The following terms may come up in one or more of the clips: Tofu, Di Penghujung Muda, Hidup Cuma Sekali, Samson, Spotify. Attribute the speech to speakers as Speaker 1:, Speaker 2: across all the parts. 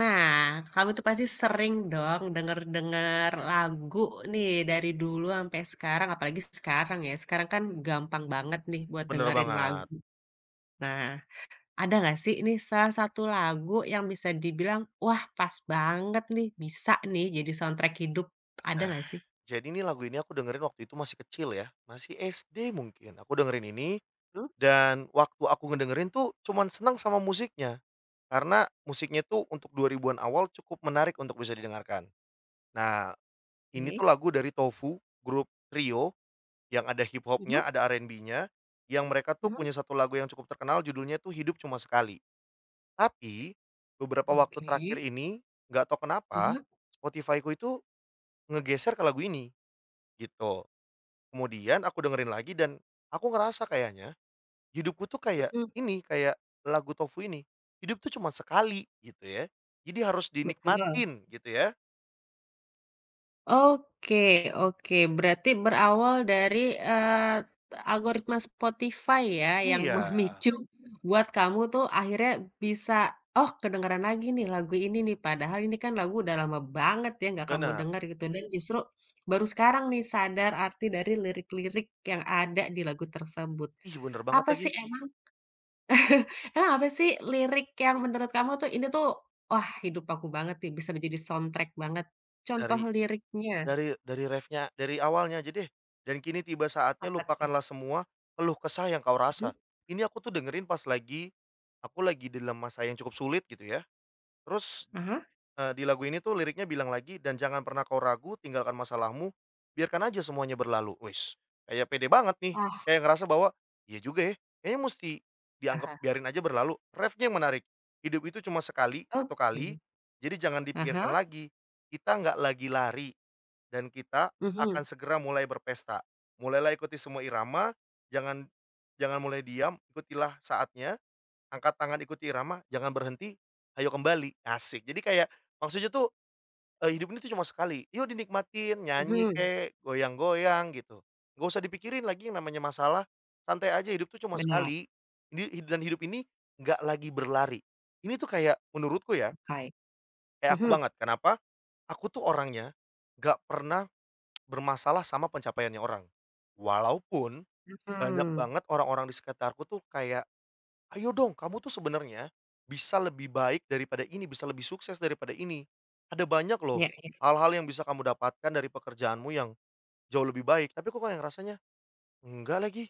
Speaker 1: Nah, kamu tuh pasti sering dong denger-denger lagu nih dari dulu sampai sekarang, apalagi sekarang ya, sekarang kan gampang banget nih buat
Speaker 2: Bener
Speaker 1: dengerin
Speaker 2: banget.
Speaker 1: lagu. Nah, ada nggak sih ini salah satu lagu yang bisa dibilang, wah pas banget nih, bisa nih jadi soundtrack hidup, ada
Speaker 2: Nah,
Speaker 1: nggak sih?
Speaker 2: jadi ini lagu ini aku dengerin waktu itu masih kecil ya, masih SD mungkin, aku dengerin ini
Speaker 1: Oke.
Speaker 2: dan waktu aku ngedengerin tuh cuman senang sama musiknya, karena musiknya tuh untuk 2000-an awal cukup menarik untuk bisa didengarkan. Nah, ini tuh
Speaker 1: Mhm.
Speaker 2: lagu dari Tofu, grup trio yang ada hip
Speaker 1: Mhm,
Speaker 2: hop-nya, ada R&B-nya, yang mereka tuh
Speaker 1: mhm.
Speaker 2: punya satu lagu yang cukup terkenal judulnya tuh Hidup Cuma Sekali. Tapi, beberapa waktu
Speaker 1: Oke.
Speaker 2: terakhir ini, nggak tahu kenapa,
Speaker 1: Mhm,
Speaker 2: Spotify-ku itu ngegeser ke lagu ini, gitu. Kemudian aku dengerin lagi dan aku ngerasa kayaknya hidupku tuh kayak
Speaker 1: mhm.
Speaker 2: ini, kayak lagu Tofu ini, hidup tuh cuma sekali gitu ya. Jadi harus
Speaker 1: Betul.
Speaker 2: dinikmatin gitu ya.
Speaker 1: Oke oke, berarti berawal dari, algoritma Spotify ya yang
Speaker 2: Iya,
Speaker 1: memicu buat kamu tuh akhirnya bisa, "Oh kedengeran lagi nih lagu ini nih," padahal ini kan lagu udah lama banget ya nggak kamu
Speaker 2: benar.
Speaker 1: denger gitu dan justru baru sekarang nih sadar arti dari lirik-lirik yang ada di lagu tersebut.
Speaker 2: Ih, bener banget
Speaker 1: Apa
Speaker 2: lagi.
Speaker 1: sih emang emang apa sih lirik yang menurut kamu tuh ini tuh, "Wah hidup aku banget nih," bisa menjadi soundtrack banget? Contoh
Speaker 2: Dari
Speaker 1: liriknya
Speaker 2: dari refnya dari awalnya aja deh. "Dan kini tiba saatnya
Speaker 1: apa tuh?
Speaker 2: lupakanlah semua keluh kesah yang kau
Speaker 1: Mhm,
Speaker 2: rasa." Ini aku tuh dengerin pas lagi aku lagi dalam masa yang cukup sulit gitu ya. Terus,
Speaker 1: ah hah.
Speaker 2: Di lagu ini tuh liriknya bilang lagi, "Dan jangan pernah kau ragu, tinggalkan masalahmu, biarkan aja semuanya berlalu." Wis kayak pede banget nih,
Speaker 1: Ah
Speaker 2: kayak ngerasa bahwa, "Iya juga ya, kayaknya mesti
Speaker 1: ah
Speaker 2: dianggap
Speaker 1: hah.
Speaker 2: biarin aja berlalu." Refnya yang menarik, "Hidup itu cuma sekali, satu kali,
Speaker 1: Oke.
Speaker 2: jadi jangan
Speaker 1: Ah
Speaker 2: dipikirkan
Speaker 1: hah,
Speaker 2: lagi. Kita nggak lagi lari, dan kita
Speaker 1: mhm,
Speaker 2: akan segera mulai berpesta. Mulailah ikuti semua irama, jangan jangan mulai diam, ikutilah saatnya." Angkat tangan ikuti irama, jangan berhenti, ayo kembali, asik. Jadi kayak maksudnya tuh, hidup ini tuh cuma sekali, yuk dinikmatin, nyanyi
Speaker 1: mhm,
Speaker 2: kek, goyang-goyang gitu. Nggak usah dipikirin lagi yang namanya masalah, santai aja hidup tuh cuma
Speaker 1: benar,
Speaker 2: sekali, ini dan hidup ini nggak lagi berlari. Ini tuh kayak menurutku ya,
Speaker 1: oke.
Speaker 2: kayak aku
Speaker 1: Mhm
Speaker 2: banget, kenapa? Aku tuh orangnya nggak pernah bermasalah sama pencapaiannya orang. Walaupun banyak
Speaker 1: mhm,
Speaker 2: banget orang-orang di sekitarku tuh kayak, "Ayo dong kamu tuh sebenarnya, bisa lebih baik daripada ini, bisa lebih sukses daripada ini. Ada banyak loh,
Speaker 1: iya ya
Speaker 2: hal-hal yang bisa kamu dapatkan dari pekerjaanmu yang jauh lebih baik," tapi kok kayak rasanya, "Enggak lagi,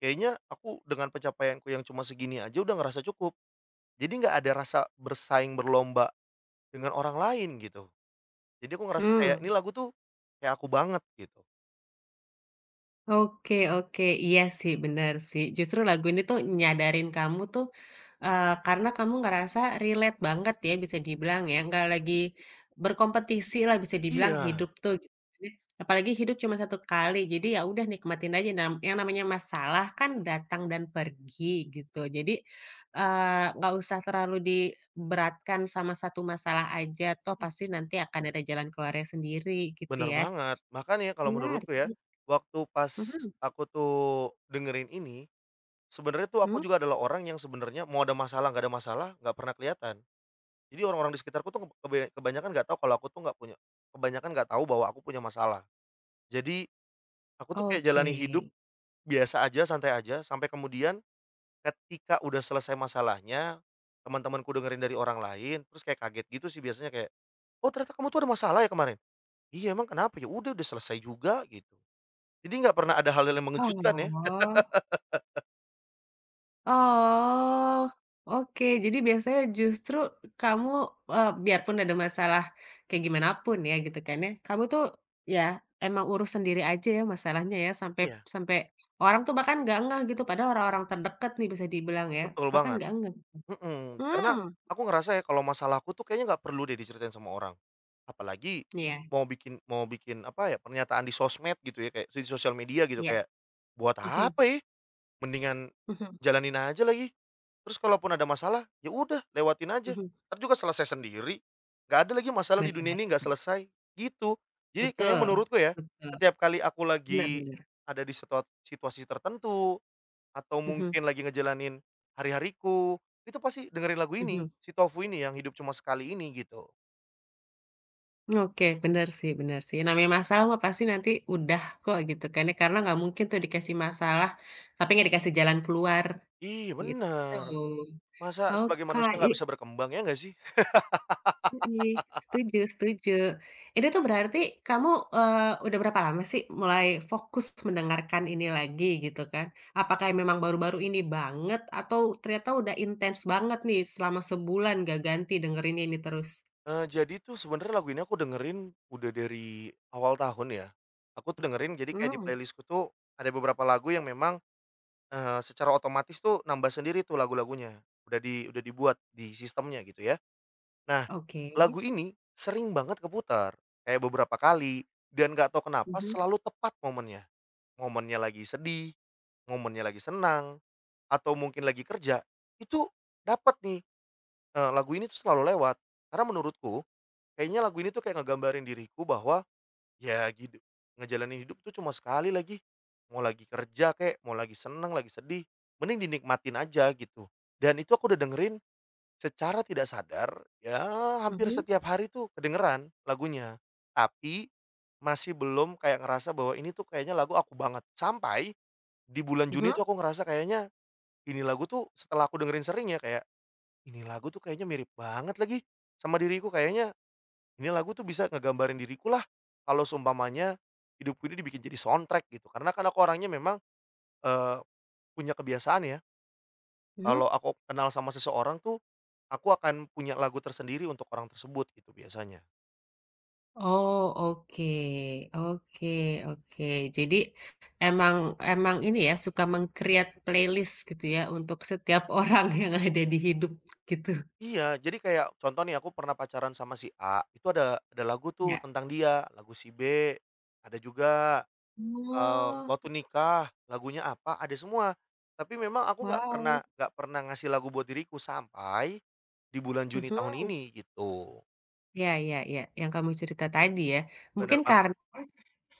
Speaker 2: kayaknya aku dengan pencapaianku yang cuma segini aja udah ngerasa cukup." Jadi nggak ada rasa bersaing berlomba dengan orang lain gitu. Jadi aku ngerasa kayak
Speaker 1: mmm.
Speaker 2: ini lagu tuh, kayak aku banget gitu.
Speaker 1: Oke oke, iya sih, benar sih. Justru lagu ini tuh nyadarin kamu tuh, karena kamu ngerasa relate banget ya bisa dibilang ya, nggak lagi berkompetisi lah bisa dibilang
Speaker 2: Iya,
Speaker 1: hidup tuh gitu kan ya. Apalagi hidup cuma satu kali, jadi ya udah nikmatin aja nam yang namanya masalah kan datang dan pergi gitu. Jadi, nggak usah terlalu diberatkan sama satu masalah aja, toh
Speaker 2: mh,
Speaker 1: pasti nanti akan ada jalan keluarnya sendiri gitu
Speaker 2: bener
Speaker 1: ya.
Speaker 2: banget. Makanya kalau
Speaker 1: Benar,
Speaker 2: menurutku ya,
Speaker 1: mhm
Speaker 2: waktu pas
Speaker 1: mhm.
Speaker 2: aku tuh dengerin ini, sebenarnya tuh aku
Speaker 1: Mmm.
Speaker 2: juga adalah orang yang sebenarnya mau ada masalah, nggak pernah kelihatan. Jadi orang-orang di sekitarku tuh kebanyakan nggak tahu kalau aku tuh nggak punya kebanyakan nggak tahu bahwa aku punya masalah. Jadi aku tuh kayak
Speaker 1: Oke.
Speaker 2: jalani hidup biasa aja, santai aja, sampai kemudian ketika udah selesai masalahnya, teman-temanku dengerin dari orang lain, terus kayak kaget gitu sih biasanya kayak, "Oh ternyata kamu tuh ada masalah ya kemarin?" "Iya emang kenapa?" "Ya udah selesai juga," gitu. Jadi nggak pernah ada hal-hal yang mengejutkan ya.
Speaker 1: Oh oh, oke. Jadi biasanya justru kamu, biarpun ada masalah kayak gimana pun ya gitu kan ya, kamu tuh ya emang urus sendiri aja ya masalahnya ya, sampai
Speaker 2: Iya,
Speaker 1: sampai orang tuh bahkan nggak ngeh gitu, padahal orang-orang terdekat nih bisa dibilang ya,
Speaker 2: betul
Speaker 1: bahkan
Speaker 2: banget.
Speaker 1: nggak ngeh.
Speaker 2: Mhm, karena
Speaker 1: Mmm,
Speaker 2: aku ngerasa ya kalau masalahku tuh kayaknya nggak perlu deh diceritain sama orang. Apalagi
Speaker 1: iya
Speaker 2: mau bikin apa ya, pernyataan di sosmed gitu ya, kayak di sosial media gitu
Speaker 1: iya.
Speaker 2: kayak, buat
Speaker 1: Mhm
Speaker 2: apa ya? Mendingan
Speaker 1: mhm
Speaker 2: jalanin aja lagi. Terus kalaupun ada masalah, ya udah lewatin aja,
Speaker 1: mhm.
Speaker 2: entar juga selesai sendiri. Nggak ada lagi masalah di dunia
Speaker 1: Benar
Speaker 2: ini nggak
Speaker 1: sih.
Speaker 2: selesai, gitu. Jadi kayaknya
Speaker 1: Betul
Speaker 2: menurutku ya,
Speaker 1: betul.
Speaker 2: setiap kali aku
Speaker 1: Benar
Speaker 2: lagi
Speaker 1: benar.
Speaker 2: ada di situasi tertentu atau
Speaker 1: Mhm
Speaker 2: mungkin lagi ngejalanin hari-hariku, itu pasti dengerin lagu ini,
Speaker 1: mhm.
Speaker 2: si Tofu ini yang hidup cuma sekali ini gitu.
Speaker 1: Oke, benar sih benar sih. Namanya masalah mah pasti nanti udah kok gitu kan ya, karena nggak mungkin tuh dikasih masalah, tapi nggak dikasih jalan keluar,
Speaker 2: Iya
Speaker 1: gitu.
Speaker 2: bener, masa
Speaker 1: Oh,
Speaker 2: sebagai manusia
Speaker 1: Kak, i
Speaker 2: nggak bisa berkembang, ya nggak sih?
Speaker 1: mhm, setuju setuju. Ini tuh berarti kamu, udah berapa lama sih mulai fokus mendengarkan ini lagi gitu kan? Apakah memang baru-baru ini banget atau ternyata udah intens banget nih selama sebulan gak ganti dengerin ini terus?
Speaker 2: Jadi tuh sebenarnya lagu ini aku dengerin udah dari awal tahun ya, aku tuh dengerin jadi kayak di
Speaker 1: Hmm,
Speaker 2: playlistku tuh ada beberapa lagu yang memang, secara otomatis tuh nambah sendiri tuh lagu-lagunya, udah dibuat di sistemnya gitu ya. Nah,
Speaker 1: oke.
Speaker 2: lagu ini sering banget keputar, kayak beberapa kali dan nggak tahu kenapa
Speaker 1: Mhm,
Speaker 2: selalu tepat momennya. Momennya lagi sedih, momennya lagi senang, atau mungkin lagi kerja, itu dapat nih, lagu ini tuh selalu lewat. Karena menurutku, kayaknya lagu ini tuh kayak ngegambarin diriku bahwa, ya gitu, ngejalanin hidup tuh cuma sekali lagi. Mau lagi kerja kayak mau lagi senang, lagi sedih, mending dinikmatin aja gitu. Dan itu aku udah dengerin secara tidak sadar, ya hampir
Speaker 1: mhm,
Speaker 2: setiap hari tuh kedengeran lagunya, tapi masih belum kayak ngerasa bahwa ini tuh kayaknya lagu aku banget. Sampai di bulan Juni tuh
Speaker 1: mhm,
Speaker 2: aku ngerasa kayaknya ini lagu tuh setelah aku dengerin sering ya kayak, "Ini lagu tuh kayaknya mirip banget lagi sama diriku, kayaknya ini lagu tuh bisa ngegambarin diriku lah kalau seumpamanya hidupku ini dibikin jadi soundtrack," gitu. Karena kan aku orangnya memang, eee, punya kebiasaan ya.
Speaker 1: mhm.
Speaker 2: Kalau aku kenal sama seseorang tuh, aku akan punya lagu tersendiri untuk orang tersebut gitu biasanya.
Speaker 1: Oh, oke oke oke. Jadi emang emang ini ya, suka meng-create playlist gitu ya, untuk setiap orang yang ada di hidup gitu
Speaker 2: Iya, jadi kayak contoh nih aku pernah pacaran sama si A, itu ada lagu tuh
Speaker 1: ya?
Speaker 2: tentang dia, lagu si B, ada juga,
Speaker 1: Oh,
Speaker 2: waktu nikah lagunya apa, ada semua. Tapi memang aku nggak
Speaker 1: wow,
Speaker 2: pernah nggak pernah ngasih lagu buat diriku sampai di bulan Juni tahun
Speaker 1: mhm,
Speaker 2: ini gitu.
Speaker 1: ya ya ya, yang kamu cerita tadi ya.
Speaker 2: Benar
Speaker 1: Mungkin
Speaker 2: banget
Speaker 1: karena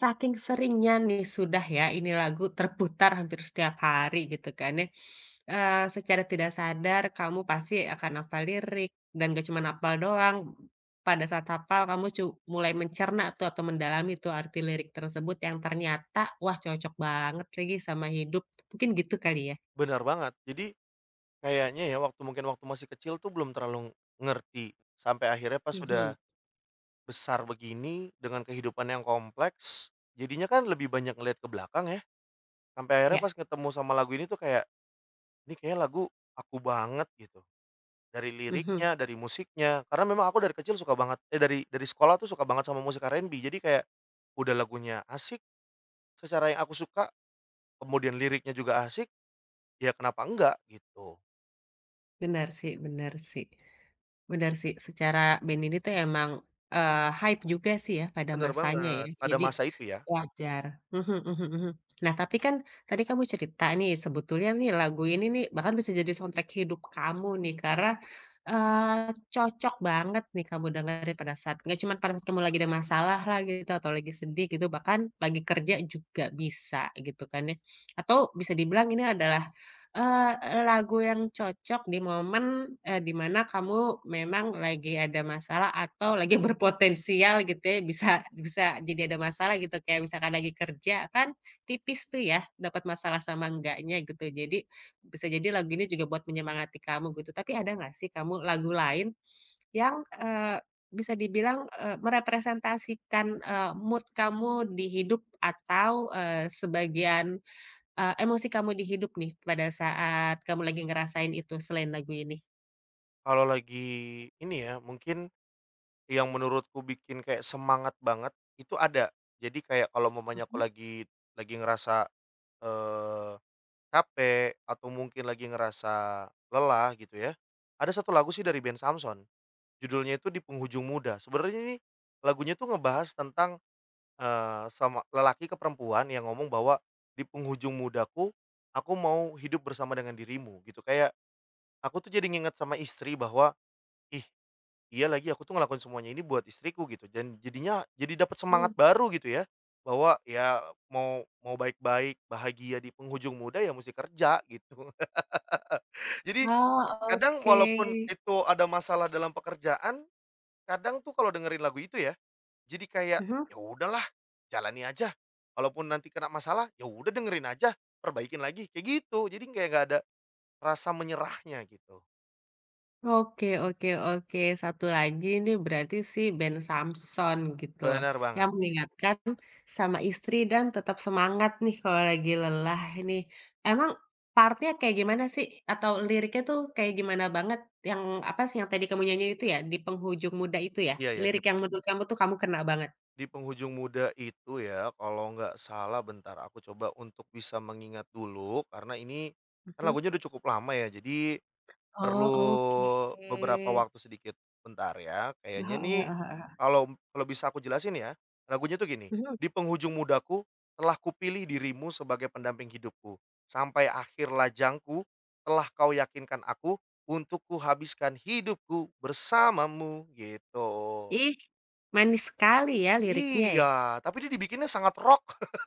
Speaker 1: saking seringnya nih sudah ya, ini lagu terputar hampir setiap hari gitu kan ya, secara tidak sadar kamu pasti akan hafal lirik, dan gak cuman hafal doang, pada saat hafal kamu cu mulai mencerna tuh atau mendalami tuh arti lirik tersebut yang ternyata, wah cocok banget lagi sama hidup, mungkin gitu kali ya?
Speaker 2: benar banget. Jadi kayaknya ya waktu mungkin waktu masih kecil tuh belum terlalu ngerti, sampai akhirnya pas
Speaker 1: Mhm,
Speaker 2: sudah besar begini, dengan kehidupan yang kompleks, jadinya kan lebih banyak ngelihat ke belakang ya, sampai akhirnya
Speaker 1: ya,
Speaker 2: pas ketemu sama lagu ini tuh kayak, "Ini kayaknya lagu aku banget," gitu. Dari
Speaker 1: mhm,
Speaker 2: liriknya, dari musiknya, karena memang aku dari kecil suka banget eh, dari sekolah tuh suka banget sama musik R&B. Jadi kayak, udah lagunya asik, secara yang aku suka, kemudian liriknya juga asik, ya kenapa enggak, gitu.
Speaker 1: bener sih bener sih. Benar sih, secara band ini tuh emang, hype juga sih ya pada
Speaker 2: Bener
Speaker 1: masanya ya,
Speaker 2: banget, pada
Speaker 1: jadi
Speaker 2: masa itu ya.
Speaker 1: wajar. Mhm mhm mhm. Nah, tapi kan tadi kamu cerita nih, sebetulnya nih lagu ini nih bahkan bisa jadi soundtrack hidup kamu nih karena, eee, cocok banget nih kamu dengerin pada saat nggak cuman pada saat kamu lagi ada masalah lah gitu atau lagi sedih gitu, bahkan lagi kerja juga bisa gitu kan ya. Atau bisa dibilang ini adalah lagu yang cocok di momen, di mana kamu memang lagi ada masalah atau lagi berpotensial gitu ya, bisa bisa jadi ada masalah gitu, kayak misalkan lagi kerja kan tipis tuh ya, dapat masalah sama enggaknya gitu. Jadi, bisa jadi lagu ini juga buat menyemangati kamu gitu. Tapi ada nggak sih kamu lagu lain yang, bisa dibilang, merepresentasikan, mood kamu di hidup atau, sebagian emosi kamu di hidup nih pada saat kamu lagi ngerasain itu selain lagu ini?
Speaker 2: Kalau lagi ini ya, mungkin yang menurutku bikin kayak semangat banget, itu ada. Jadi kayak kalau umpamanya aku
Speaker 1: Mhm.
Speaker 2: lagi ngerasa, eee, capek atau mungkin lagi ngerasa lelah gitu ya, ada satu lagu sih dari band Samson, judulnya itu Di Penghujung Muda. Sebenarnya ini lagunya tuh ngebahas tentang, sama lelaki ke perempuan yang ngomong bahwa, "Di penghujung mudaku, aku mau hidup bersama dengan dirimu." Gitu. Kayak aku tuh jadi nginget sama istri bahwa, ih, iya lagi aku tuh ngelakuin semuanya ini buat istriku gitu dan jadinya jadi dapat semangat
Speaker 1: Mmm,
Speaker 2: baru gitu ya, bahwa ya mau mau baik-baik, bahagia di penghujung muda ya mesti kerja gitu. Jadi
Speaker 1: oh
Speaker 2: kadang
Speaker 1: oke.
Speaker 2: walaupun itu ada masalah dalam pekerjaan, kadang tuh kalau dengerin lagu itu ya, jadi kayak,
Speaker 1: Mhm,
Speaker 2: "Ya udahlah, jalani aja. Walaupun nanti kena masalah, ya udah dengerin aja, perbaikin lagi," kayak gitu. Jadi kayak nggak ada rasa menyerahnya gitu.
Speaker 1: oke oke oke. Satu lagi ini berarti si band Samson gitu,
Speaker 2: Benar
Speaker 1: yang
Speaker 2: banget.
Speaker 1: mengingatkan sama istri dan tetap semangat nih kalau lagi lelah ini. Emang part-nya kayak gimana sih? Atau liriknya tuh kayak gimana banget? Yang apa sih yang tadi kamu nyanyiin itu ya, di penghujung muda itu ya?
Speaker 2: Iya iya.
Speaker 1: Lirik yang menurut kamu tuh kamu kena banget?
Speaker 2: Di penghujung muda itu ya, kalau nggak salah bentar aku coba untuk bisa mengingat dulu, karena ini kan
Speaker 1: Mhm.
Speaker 2: lagunya udah cukup lama ya, jadi
Speaker 1: Oh,
Speaker 2: perlu
Speaker 1: oke.
Speaker 2: beberapa
Speaker 1: Heeh
Speaker 2: waktu sedikit. Bentar ya, kayaknya
Speaker 1: heeh
Speaker 2: nih
Speaker 1: heeh heeh.
Speaker 2: kalau kalau bisa aku jelasin ya, lagunya tuh gini,
Speaker 1: Mhm.
Speaker 2: "Di penghujung mudaku telah kupilih dirimu sebagai pendamping hidupku, sampai akhir lajangku telah kau yakinkan aku untuk kuhabiskan hidupku bersamamu." Gitu.
Speaker 1: Ih, manis sekali ya liriknya
Speaker 2: Iya,
Speaker 1: ya?
Speaker 2: tapi dia dibikinnya sangat rock.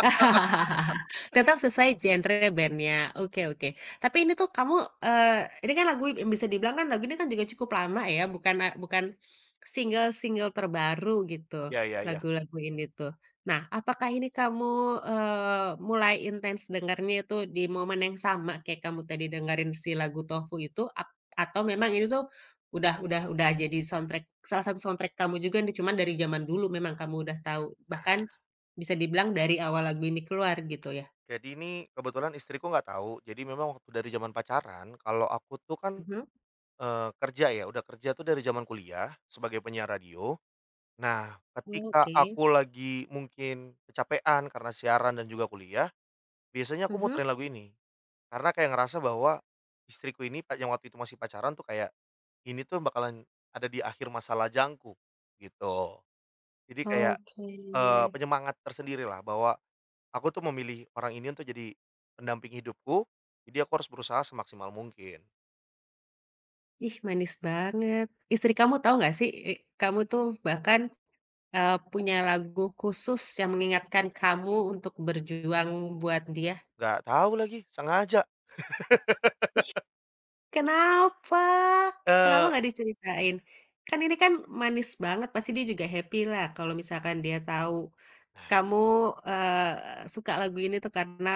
Speaker 1: Tetap sesuai genre bandnya, oke oke. Tapi ini tuh kamu, eee, ini kan lagu yang bisa dibilang kan lagu ini kan juga cukup lama ya, bukan eh, bukan single-single terbaru gitu,
Speaker 2: Ya ya ya.
Speaker 1: lagu-lagu ini tuh. Nah, apakah ini kamu, mulai intens dengarnya itu di momen yang sama kayak kamu tadi dengerin si lagu Tofu itu, ap atau memang ini tuh udah jadi soundtrack salah satu soundtrack kamu juga nih, cuman dari zaman dulu memang kamu udah tahu, bahkan bisa dibilang dari awal lagu ini keluar gitu ya?
Speaker 2: Jadi ini kebetulan istriku nggak tahu, jadi memang waktu dari zaman pacaran, kalau aku tuh kan,
Speaker 1: Mhm.
Speaker 2: kerja ya, udah kerja tuh dari zaman kuliah sebagai penyiar radio. Nah, ketika
Speaker 1: Oke.
Speaker 2: aku lagi mungkin kecapean karena siaran dan juga kuliah, biasanya aku
Speaker 1: Mhm.
Speaker 2: muterin lagu ini. Karena kayak ngerasa bahwa istriku ini pa yang waktu itu masih pacaran tuh kayak, ini tuh bakalan ada di akhir masa lajangku, gitu. Jadi kayak,
Speaker 1: Oke.
Speaker 2: penyemangat tersendiri lah bahwa aku tuh memilih orang ini untuk jadi pendamping hidupku, jadi aku harus berusaha semaksimal mungkin.
Speaker 1: Ih, manis banget. Istri kamu tahu nggak sih, e kamu tuh bahkan, punya lagu khusus yang mengingatkan kamu untuk berjuang buat dia?
Speaker 2: Nggak tahu lagi, sengaja.
Speaker 1: Ih, kenapa? Kenapa
Speaker 2: Eee
Speaker 1: nggak diceritain? Kan ini kan manis banget, pasti dia juga happy lah kalau misalkan dia tahu kamu, eee, suka lagu ini tuh karena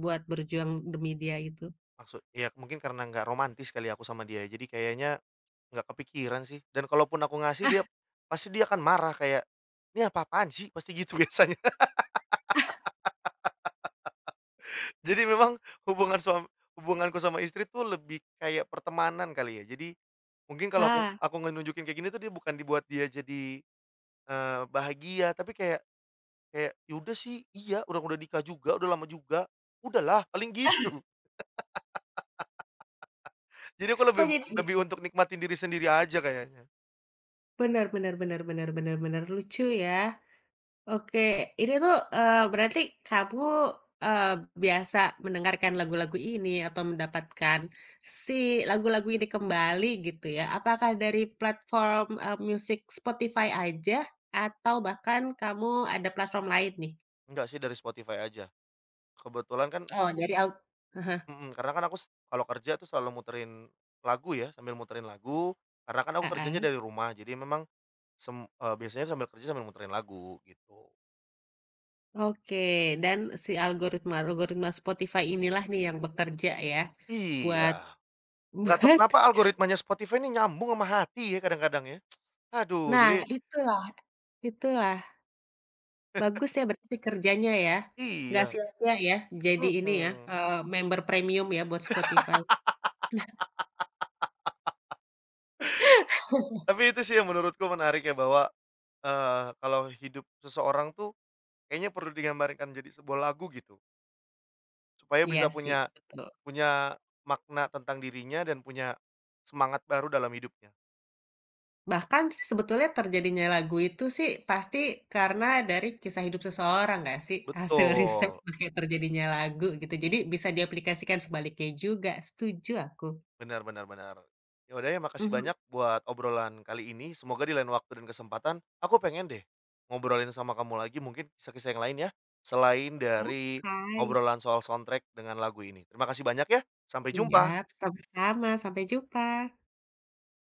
Speaker 1: buat berjuang demi dia itu.
Speaker 2: Maksud ya mungkin karena nggak romantis kali aku sama dia, jadi kayaknya nggak kepikiran sih, dan kalaupun aku ngasih dia, pasti dia akan marah kayak, "Ini apa-apaan sih?" Pasti gitu biasanya. Jadi memang hubungan suam hubunganku sama istri tuh lebih kayak pertemanan kali ya. Jadi mungkin kalau aku
Speaker 1: Ah!
Speaker 2: aku ngenunjukin kayak gini tuh dia bukan dibuat dia jadi, bahagia, tapi kayak, Kayak, "Ya udah sih, iya, orang udah nikah juga, udah lama juga, udahlah," paling gitu. Jadi aku
Speaker 1: Oh
Speaker 2: lebih
Speaker 1: jadi
Speaker 2: lebih untuk nikmatin diri sendiri aja kayaknya.
Speaker 1: bener bener bener bener bener bener, lucu ya. Oke, ini tuh, berarti kamu, eee, biasa mendengarkan lagu-lagu ini atau mendapatkan si lagu-lagu ini kembali gitu ya, apakah dari platform, musik Spotify aja atau bahkan kamu ada platform lain nih?
Speaker 2: Enggak sih dari Spotify aja. Kebetulan kan,
Speaker 1: Oh dari al heeh,
Speaker 2: mhm, karena kan aku s kalau kerja tuh selalu muterin lagu ya, sambil muterin lagu, karena kan aku kerjanya
Speaker 1: heeh.
Speaker 2: dari rumah, jadi memang sem biasanya sambil kerja sambil muterin lagu, gitu.
Speaker 1: Oke, dan si algoritma-algoritma Spotify inilah nih yang bekerja ya
Speaker 2: Iya,
Speaker 1: buat
Speaker 2: nggak tahu
Speaker 1: buat
Speaker 2: kenapa algoritmanya Spotify ini nyambung sama hati ya kadang-kadang ya. Aduh,
Speaker 1: nah
Speaker 2: jadi
Speaker 1: itulah Itulah, bagus ya berarti kerjanya ya, nggak
Speaker 2: iya,
Speaker 1: sia-sia ya jadi ini ya,
Speaker 2: mhm.
Speaker 1: member premium ya buat Spotify.
Speaker 2: Tapi itu sih yang menurutku menarik ya bahwa kalau hidup seseorang tuh kayaknya perlu digambarkan jadi sebuah lagu gitu, supaya
Speaker 1: Iya
Speaker 2: bisa
Speaker 1: sih,
Speaker 2: punya
Speaker 1: betul.
Speaker 2: punya makna tentang dirinya dan punya semangat baru dalam hidupnya.
Speaker 1: Bahkan sebetulnya terjadinya lagu itu sih pasti karena dari kisah hidup seseorang nggak sih? Hasil riset
Speaker 2: Betul,
Speaker 1: makanya terjadinya lagu gitu, jadi bisa diaplikasikan sebaliknya juga, setuju aku.
Speaker 2: benar benar benar. Ya udah ya makasih
Speaker 1: Mhm,
Speaker 2: banyak buat obrolan kali ini, semoga di lain waktu dan kesempatan aku pengen deh ngobrolin sama kamu lagi mungkin kisah-kisah yang lain ya, selain dari
Speaker 1: oke,
Speaker 2: obrolan soal soundtrack dengan lagu ini. Terima kasih banyak ya, sampai
Speaker 1: siap,
Speaker 2: jumpa.
Speaker 1: sama-sama, sampai jumpa.